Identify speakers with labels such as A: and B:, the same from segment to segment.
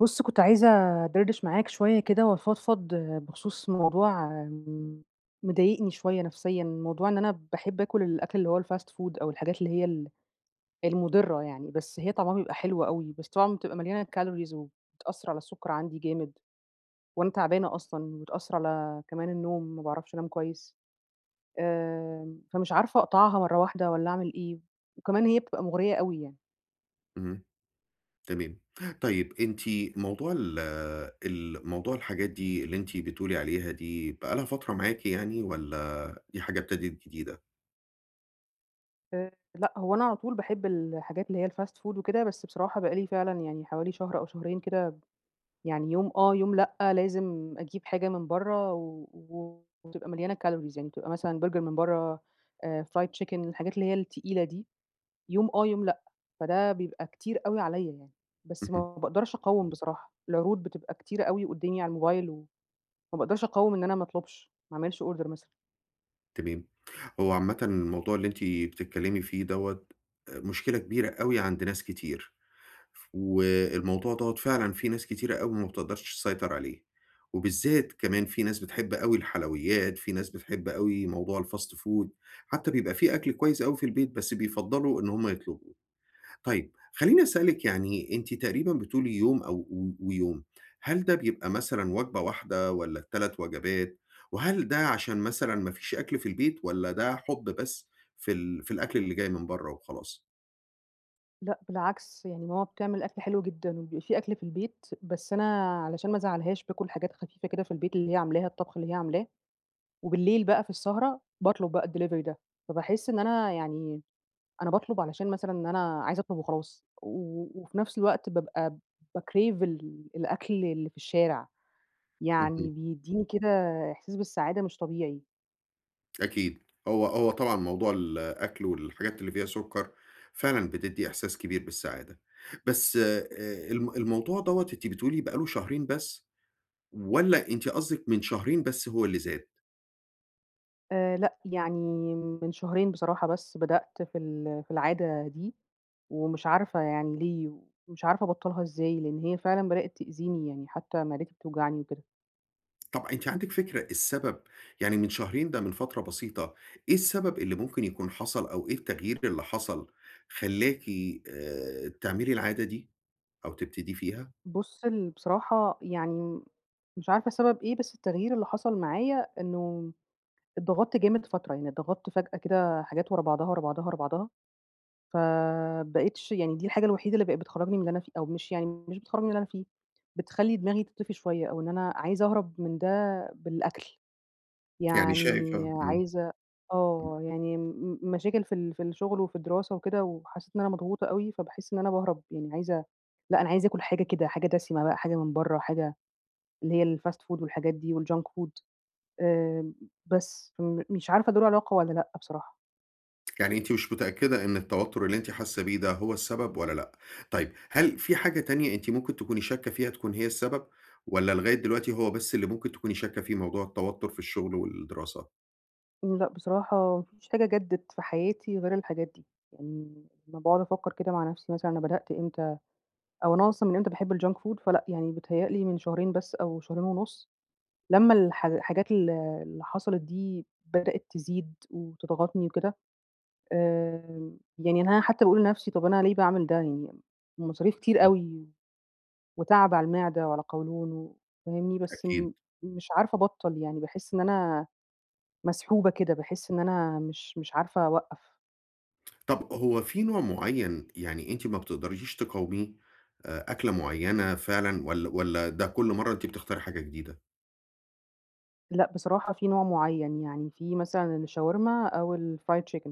A: بُص، كنت عايزة أدردش معاك شوية كده وأفضفض بخصوص موضوع مضايقني شوية نفسيًا. موضوع إن أنا باحب آكل الأكل اللي هو الfast food أو الحاجات اللي هي المُضرة يعني، بس هي طعمها بيبقى حلو أوي، بس طبعًا بتبقى مليانة calories وبتأثّر على السُكّر عندي جامد، وأنا تعبانة أصلًا، وبتأثّر على كمان النوم، ما باعرفش أنام كويس. فمش عارفة أقطعها مرّة واحدة والّا أعمل إيه، وكمان هي بتبقى مُغرية أوي يعني.
B: اهم، تمام. طيب أنتِ موضوع ال ال موضوع الحاجات دي اللي أنتِ بتقولي عليها دي بقى لها فترة معاكِ يعني والّا دي حاجة ابتدت جديدة؟
A: لأ، هو أنا على طول باحب الحاجات اللي هي الfast food وكده، بس بصراحة بقى لي فعلًا يعني حوالي شهر أو شهرين كده يعني يوم آه، يوم لأ، لازم أجيب حاجة من برّه و وتبقى مليانة calories يعني بتبقى مثلًا برجر من برّه. Fried chicken الحاجات اللي هي التقيلة دي، يوم آه، يوم لأ، فده بيبقى كتير أوي عليّا يعني، بس
B: اهم،
A: ما باقدرش أقاوم بصراحة، العروض بتبقى كتيرة أوي قدّامي على الموبايل وما باقدرش أقاوم إن أنا ما أطلبش، ما أعملش order مثلًا.
B: تمام. هو عامةً الموضوع اللي أنتِ بتتكلمي فيه دوّة مشكلة كبيرة أوي عند ناس كتير، والموضوع دوّة فعلًا في ناس كتيرة أوي ما بتقدرش تسيطر عليه، وبالذات كمان في ناس بتحب أوي الحلويات، في ناس بتحب أوي موضوع الfast food، حتى بيبقى في أكل كويس أوي في البيت بس بيفضّلوا إن هم يطلبوه. طيب خلّيني أسألِك يعني أنتِ تقريبًا بتقولي يوم أو ويوم، هل ده بيبقى مثلًا وجبة واحدة والّا ال3 وجبات؟ وهل ده عشان مثلًا ما فيش أكل في البيت والّا ده حُب بس في الأكل اللي جاي من برّه وخلاص؟
A: لأ بالعكس، يعني ماما بتعمل أكل حلو جدًا وبيبقى في أكل في البيت، بس أنا علشان ما أزعّلهاش باكل حاجات خفيفة كده في البيت اللي هي عاملاها، الطبخ اللي هي عاملاه، وبالليل بقى في السهرة باطلب بقى الdelivery ده، فباحس إن أنا يعني أنا باطلب علشان مثلًا إن أنا عايزة أطلب وخلاص، و وفي نفس الوقت بابقى باcrave الأكل اللي في الشارع، يعني
B: اهم،
A: بيدّيني كده إحساس بالسعادة مش طبيعي.
B: أكيد، هو طبعًا موضوع الأكل والحاجات اللي فيها سُكّر فعلًا بتدّي إحساس كبير بالسعادة، بس الموضوع دوّة أنتِ بتقولي بقى له شهرين بس والّا أنتِ قصدِك من شهرين بس هو اللي زاد؟
A: لأ، يعني من شهرين بصراحة بس بدأت في العادة دي، ومش عارفة يعني ليه، ومش عارفة أبطّلها إزاي، لإن هي فعلًا بدأت تأذيني يعني حتى معدتي بتوجعني وكده.
B: طب أنتِ عندِك فكرة السبب؟ يعني من شهرين ده من فترة بسيطة، إيه السبب اللي ممكن يكون حصل أو إيه التغيير اللي حصل خلّاكِ تعملي العادة دي أو تبتدي فيها؟
A: بُص، بصراحة يعني مش عارفة سبب إيه، بس التغيير اللي حصل معايا إنه اتضغطت جامد فترة، يعني اتضغطت فجأة كده حاجات ورا بعضها، ورا بعضها، ورا بعضها. فبقيتش يعني دي الحاجة الوحيدة اللي بقت بتخرّجني من اللي أنا فيه أو مش يعني مش بتخرّجني من اللي أنا فيه، بتخلّي دماغي تطفي شوية أو إن أنا عايزة أهرب من ده بالأكل،
B: يعني
A: يعني
B: شايفة
A: عايزة
B: إمم.
A: آه، يعني مشاكل في الشغل وفي الدراسة وكده وحسّيت إن أنا مضغوطة أوي، فباحس إن أنا باهرب يعني عايزة لأ، أنا عايزة آكل حاجة كده، حاجة دسمة بقى، حاجة من برّه، حاجة اللي هي الfast food والحاجات دي والjunk food، آآ، بس مش عارفة دول علاقة والّا لأ بصراحة.
B: يعني أنتِ مش متأكدة إن التوتر اللي أنتِ حاسة بيه ده هو السبب والّا لأ؟ طيب هل في حاجة تانية أنتِ ممكن تكوني شاكة فيها تكون هي السبب والّا لغاية دلوقتي هو بس اللي ممكن تكوني شاكة فيه موضوع التوتر في الشغل والدراسة؟
A: لأ، بصراحة ما فيش حاجة جدِّت في حياتي غير الحاجات دي، يعني لمّا باقعد أفكّر كده مع نفسي مثلًا أنا بدأت إمتى أو أنا أصلًا من إمتى باحب الjunk food فلأ، يعني بيتهيأ لي من شهرين بس أو شهرين ونُص، لمّا الحاجات اللي حصلت دي بدأت تزيد وتضغطني وكده. يعني أنا حتى باقول لنفسي طَب أنا ليه باعمل ده يعني مصاريف كتير
B: إمم،
A: أوي وتعب على المعدة وعلى القولون و فاهمني، بس
B: أكيد.
A: مش عارفة أبطّل يعني باحس إن أنا مسحوبة كده، باحس إن أنا مش عارفة أوقّف.
B: طب هو في نوع معيّن يعني أنتِ ما بتقدريش تقاوميه، أكلة معيّنة فعلًا والّا ده كل مرّة أنتِ بتختاري حاجة جديدة؟
A: لأ، بصراحة في نوع معيّن، يعني في مثلًا الشاورما أو الfried chicken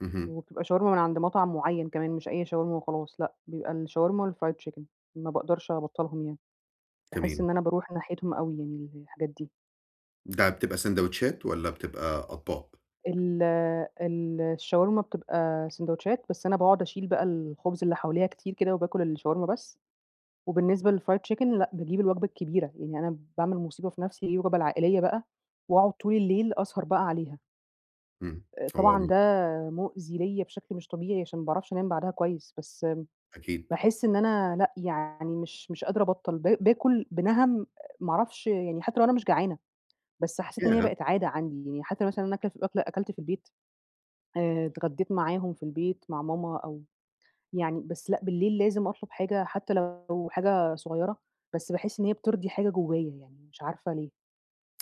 B: اهم،
A: وبتبقى شاورما من عند مطعم معيّن كمان، مش أي شاورما وخلاص لأ، بيبقى الشاورما والfried chicken ما باقدرش أبطّلهم يعني، باحس
B: تمام.
A: إن أنا باروح ناحيتهم أوي يعني الحاجات دي.
B: ده بتبقى ساندوتشات والّا بتبقى أطباق؟
A: ال ال الشاورما بتبقى سندوتشات، بس أنا باقعد أشيل بقى الخبز اللي حواليها كتير كده وباكل الشاورما بس، وبالنسبة للfried chicken لأ، باجيب الوجبة الكبيرة، يعني أنا باعمل مصيبة في نفسي، أجيب الوجبة العائلية بقى وأقعد طول الليل أسهر بقى عليها.
B: إمم، هو م
A: طبعًا ده مؤذي ليّا بشكل مش طبيعي عشان ما باعرفش أنام بعدها كويس، بس
B: أكيد.
A: باحس إن أنا لأ، يعني مش قادرة أبطّل، باكل بِنَهَم ما أعرفش يعني حتى لو أنا مش جعانة، بس حسيت إن هي
B: ياه!
A: بقت عادة عندي، يعني حتى مثلًا أنا أكلة أكلة أكلت في البيت. اتغديت معاهم في البيت مع ماما أو يعني بس لأ، بالليل لازم أطلب حاجة حتى لو حاجة صغيرة، بس باحس إن هي بترضي حاجة جوايا يعني مش عارفة ليه.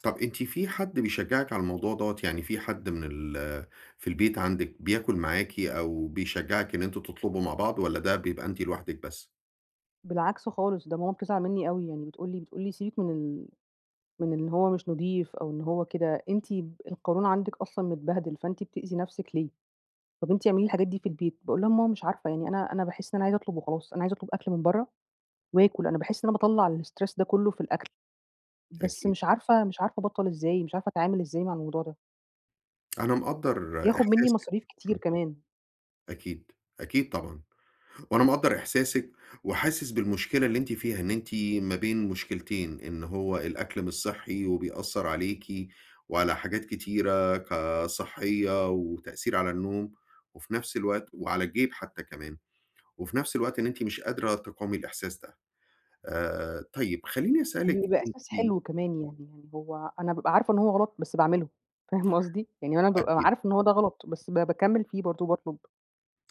B: طب أنتِ في حد بيشجّعِك على الموضوع دوّة، يعني في حد من ال في البيت عندِك بياكل معاكِ أو بيشجّعِك إن أنتم تطلبوا مع بعض والّا ده بيبقى أنتِ لوحدِك بس؟
A: بالعكس خالص ده ماما بتزعل منّي أوي، يعني بتقول لي: "سيبِك من ال" من إن هو مش نضيف أو إن هو كده، أنتِ القولون عندِك أصلًا متبهدل، فأنتِ بتأذي نفسِك ليه؟ طَب أنتِ اعملي الحاجات دي في البيت." باقول لها: "ماما مش عارفة، يعني أنا باحس إن أنا عايزة أطلب وخلاص، أنا عايزة أطلب أكل من برّه وآكل، أنا باحس إن أنا باطلّع الstress ده كلّه في الأكل، بس
B: أكيد.
A: مش عارفة أبطّل إزاي، مش عارفة أتعامل إزاي مع الموضوع ده."
B: أنا مقدّر
A: بياخد منّي
B: إحساسِك.
A: مصاريف كتير
B: إمم،
A: كمان،
B: أكيد، أكيد طبعًا. وأنا مقدّر إحساسِك، وحاسس بالمشكلة اللي أنتِ فيها، إن أنتِ ما بين مشكلتين، إن هو الأكل مش صحّي وبيأثّر عليكِ وعلى حاجات كتيرة كصحية وتأثير على النوم، وفي نفس الوقت وعلى الجيب حتى كمان، وفي نفس الوقت إن أنتِ مش قادرة تقاومي الإحساس ده. طيب خلّيني أسألِك
A: وبيبقى إحساس
B: أنتِ.
A: حلو كمان يعني، يعني هو أنا بابقى عارفة إن هو غلط بس باعمله، فاهمة قصدي؟ يعني أنا بابقى
B: أكيد.
A: عارفة إن هو ده غلط، بس باكمّل فيه برضه وباطلب.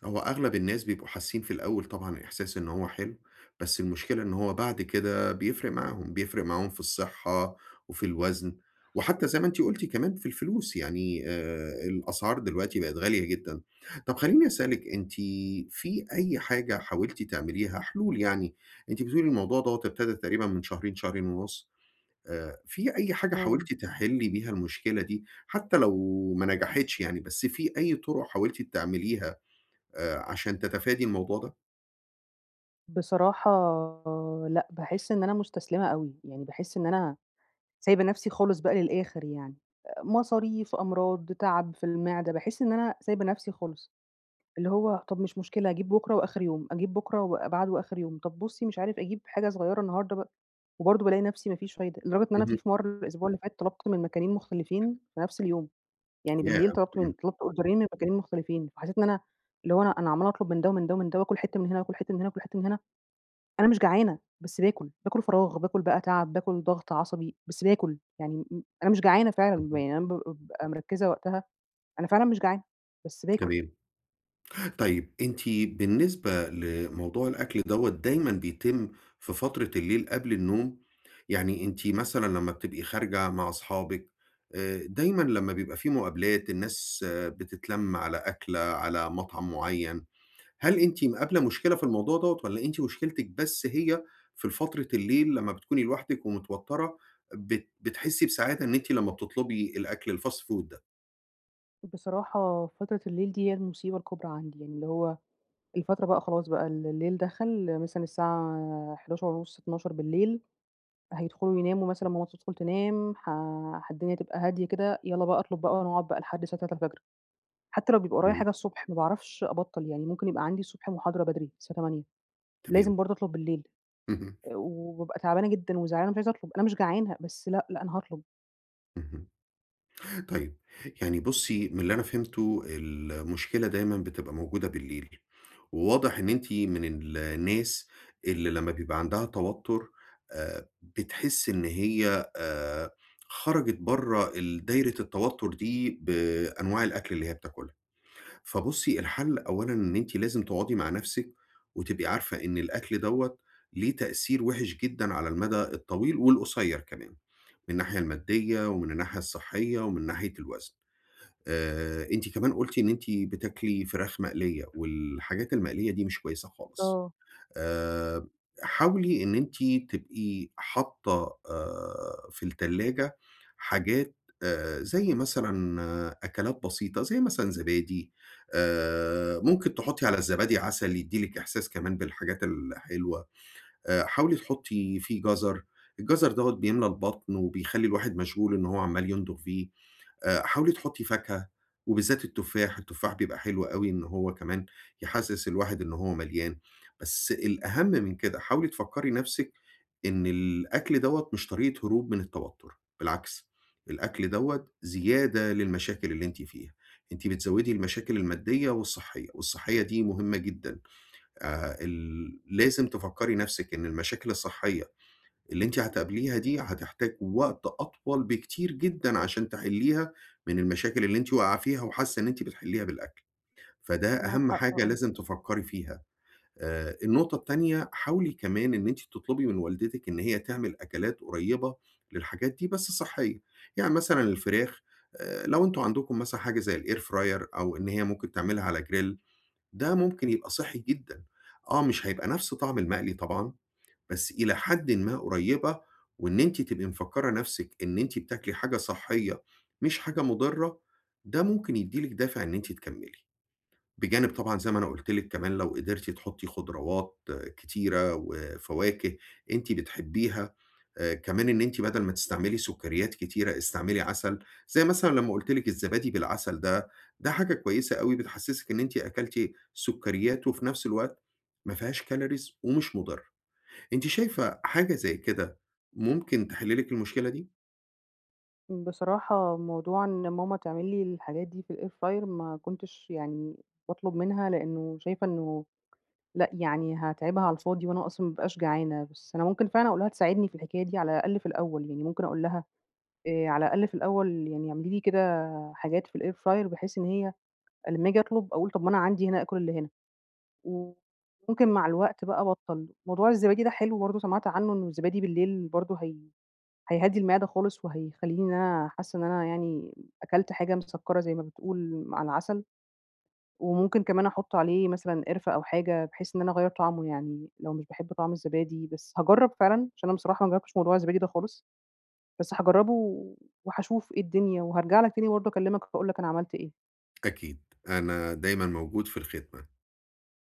B: هو أغلب الناس بيبقوا حاسين في الأول طبعًا إحساس إن هو حلو، بس المشكلة إن هو بعد كده بيفرق معاهم، بيفرق معاهم في الصحة وفي الوزن، وحتى زي ما أنتِ قُلتِ كمان في الفلوس، يعني الأسعار دلوقتي بقت غالية جدًا. طب خلّيني أسألِك أنتِ في أي حاجة حاولتِ تعمليها، حلول يعني، أنتِ بتقولي الموضوع دوّة ابتدى تقريبًا من شهرين، شهرين ونُص، في أي حاجة
A: إمم.
B: حاولتِ تحلّي بيها المشكلة دي، حتى لو ما نجحتش يعني، بس في أي طُرق حاولتِ تعمليها عشان تتفادي الموضوع ده؟
A: بصراحة لأ، باحس إن أنا مستسلمة أوي، يعني باحس إن أنا سايبة نفسي خالص بقى للآخر يعني، مصاريف، أمراض، تعب في المعدة، باحس إن أنا سايبة نفسي خالص، اللي هو طب مش مشكلة أجيب بكرة وآخر يوم، أجيب بكرة وبعده وآخر يوم، طب بُصّي مش عارف أجيب حاجة صغيرة النهارده بقى، وبرضه بالاقي نفسي ما فيش فايدة، لدرجة إن أنا
B: اهم،
A: في مرة الأسبوع اللي فات طلبت من مكانين مختلفين في نفس اليوم، يعني بالليل
B: ياه! إمم،
A: طلبت أوردرين من مكانين مختلفين، فحسيت إن أنا اللي هو أنا عمّالة أطلب من ده ومن ده ومن ده، وآكل حتة من هنا وآكل حتة من هنا وآكل حتة من هنا. أنا مش جعانة، بس باكل، باكل فراغ، باكل بقى تعب، باكل ضغط عصبي، بس باكل، يعني أنا مش جعانة فعلًا،
B: اهم،
A: يعني أنا بابقى مركّزة وقتها، أنا فعلًا مش جعانة، بس باكل.
B: تمام. طيب أنتِ بالنسبة لموضوع الأكل دوّة دايمًا بيتم في فترة الليل قبل النوم؟ يعني أنتِ مثلًا لمّا بتبقي خارجة مع أصحابِك، دايمًا لمّا بيبقى في مقابلات الناس بتتلم على أكلة، على مطعم معيّن هل أنتِ مقابلة مشكلة في الموضوع دوّة والّا أنتِ مشكلتِك بس هي في فترة الليل لمّا بتكوني لوحدِك ومتوترة بتحسّي بسعادة إن أنتِ لمّا بتطلبي الأكل الfast food ده؟
A: بصراحة فترة الليل دي هي المصيبة الكبرى عندي، يعني اللي هو الفترة بقى خلاص بقى الليل دخل، مثلًا الساعة 23:30، 00:00 هيدخلوا يناموا مثلًا، ماما تدخل تنام، ح ح الدنيا تبقى هادية كده، يالّا بقى أطلب بقى ونقعد بقى لحد الساعة 03:00، حتى لو بيبقى ورايا
B: تمام،
A: حاجة الصبح، ما باعرفش أبطّل، يعني ممكن يبقى عندي الصبح محاضرة بدري، الساعة 08:00
B: تمام.
A: لازم برضه أطلب بالليل، وبابقى تعبانة جدًا وزعلانة مش عايزة أطلب، أنا مش جعانة، بس لأ، لأ أنا هاطلب.
B: اهم. طيب، يعني بُصّي من اللي أنا فهمته المشكلة دايمًا بتبقى موجودة بالليل، وواضح إن أنتِ من الناس اللي لمّا بيبقى عندها توتر بتحس إن هي خرجت برّه دايرة التوتر دي بأنواع الأكل اللي هي بتاكلها، فبُصّي الحل أولًا إن أنتِ لازم تقعدي مع نفسِك وتبقي عارفة إن الأكل دوّة ليه تأثير وِحِش جدًا على المدى الطويل والقصير كمان، من الناحية المادية ومن الناحية الصحية ومن ناحية الوزن. أنتِ كمان قُلتِ إن أنتِ بتاكلي فراخ مقلية، والحاجات المقلية دي مش كويسة خالص.
A: آه،
B: آآ حاولي إن أنتِ تبقي حاطة في التلاجة حاجات زي مثلًا أكلات بسيطة، زي مثلًا زبادي، ممكن تحطّي على الزبادي عسل يدّي لِك إحساس كمان بالحاجات الحلوة. حاولي تحطّي فيه جزر، الجزر دوّة بيملى البطن وبيخلّي الواحد مشغول إن هو عمّال يمضغ فيه. حاولي تحطّي فاكهة، وبالذات التفاح، التفاح بيبقى حلو أوي إن هو كمان يحسّس الواحد إن هو مليان، بس الأهم من كده حاولي تفكّري نَفْسِك إن الأكل دوّة مش طريقة هروب من التوتُّر، بالعكس، الأكل دوّة زيادة للمشاكل اللي أنتِ فيها، أنتِ بتزوّدي المشاكل المادية والصحّية، والصحّية دي مهمة جدًا، ال لازم تفكّري نَفْسِك إن المشاكل الصحّية اللي أنتِ هتقابليها دي هتحتاج وقت أطول بكتير جدًا عشان تحلّيها من المشاكل اللي أنتِ واقعة فيها وحاسة إن أنتِ بتحلّيها بالأكل، فده
A: معاك
B: أهم
A: حق
B: حاجة
A: آه.
B: لازم تفكّري فيها. النقطة التانية، حاولي كمان إن أنتِ تطلبي من والدتِك إن هي تعمل أكلات قريّبة للحاجات دي بس صحّية، يعني مثلًا الفراخ لو أنتم عندكم مثلًا حاجة زي الair fryer أو إن هي ممكن تعملها على grill ده ممكن يبقى صحّي جدًا، آه مش هيبقى نَفْس طعم المقلي طبعًا، بس إلى حدٍ ما قريّبة، وإن أنتِ تبقي مفكّرة نَفْسِك إن أنتِ بتاكلي حاجة صحّية مش حاجة مُضرّة، ده ممكن يدّي لِك دافع إن أنتِ تكمّلي، بجانب طبعًا زي ما أنا قُلت لِك كمان لو قدرتِ تحطّي خضروات كتيرة وفواكه أنتِ بتحبّيها، كمان إن أنتِ بدل ما تستعملي سُكّريات كتيرة، استعملي عسل، زي مثلًا لمّا قُلت لِك الزبادي بالعسل ده، ده حاجة كويسة أوي بتحسّسِك إن أنتِ أكلتِ سُكّريات وفي نَفْس الوقت ما فيهاش calories ومش مُضرّة. أنتِ شايفة حاجة زي كده ممكن تحل لِك المشكلة دي؟
A: بصراحة موضوع إن ماما تعمل لي الحاجات دي في الair fryer ما كنتش يعني باطلب منها، لإنه شايفة إنه لأ، يعني هاتعبها على الفاضي وأنا أصلًا ما بابقاش جعانة، بس أنا ممكن فعلًا أقول لها تساعدني في الحكاية دي على الأقل في الأول، يعني ممكن أقول لها على الأقل في الأول يعني اعملي لي كده حاجات في الair fryer بحيث إن هي لمّا آجي أطلب أقول طب ما أنا عندي هنا آكل اللي هنا. وممكن مع الوقت بقى أبطّل. موضوع الزبادي ده حلو برضه سمعت عنه إنه الزبادي بالليل برضه هيهدّي المعدة خالص وهيخلّيني إن أنا حاسة إن أنا يعني أكلت حاجة مسكّرة زي ما بتقول مع العسل، وممكن كمان أحُط عليه مثلًا قرفة أو حاجة بحيث إن أنا أغيّر طعمه يعني لو مش باحب طعم الزبادي، بس هاجرّب فعلًا عشان أنا بصراحة ما جرّبتش موضوع الزبادي ده خالص، بس هاجرّبه وهاشوف إيه الدنيا وهارجع لك تاني برضه أكلّمك أقول لك أنا عملت إيه.
B: أكيد، أنا دايمًا موجود في الخدمة.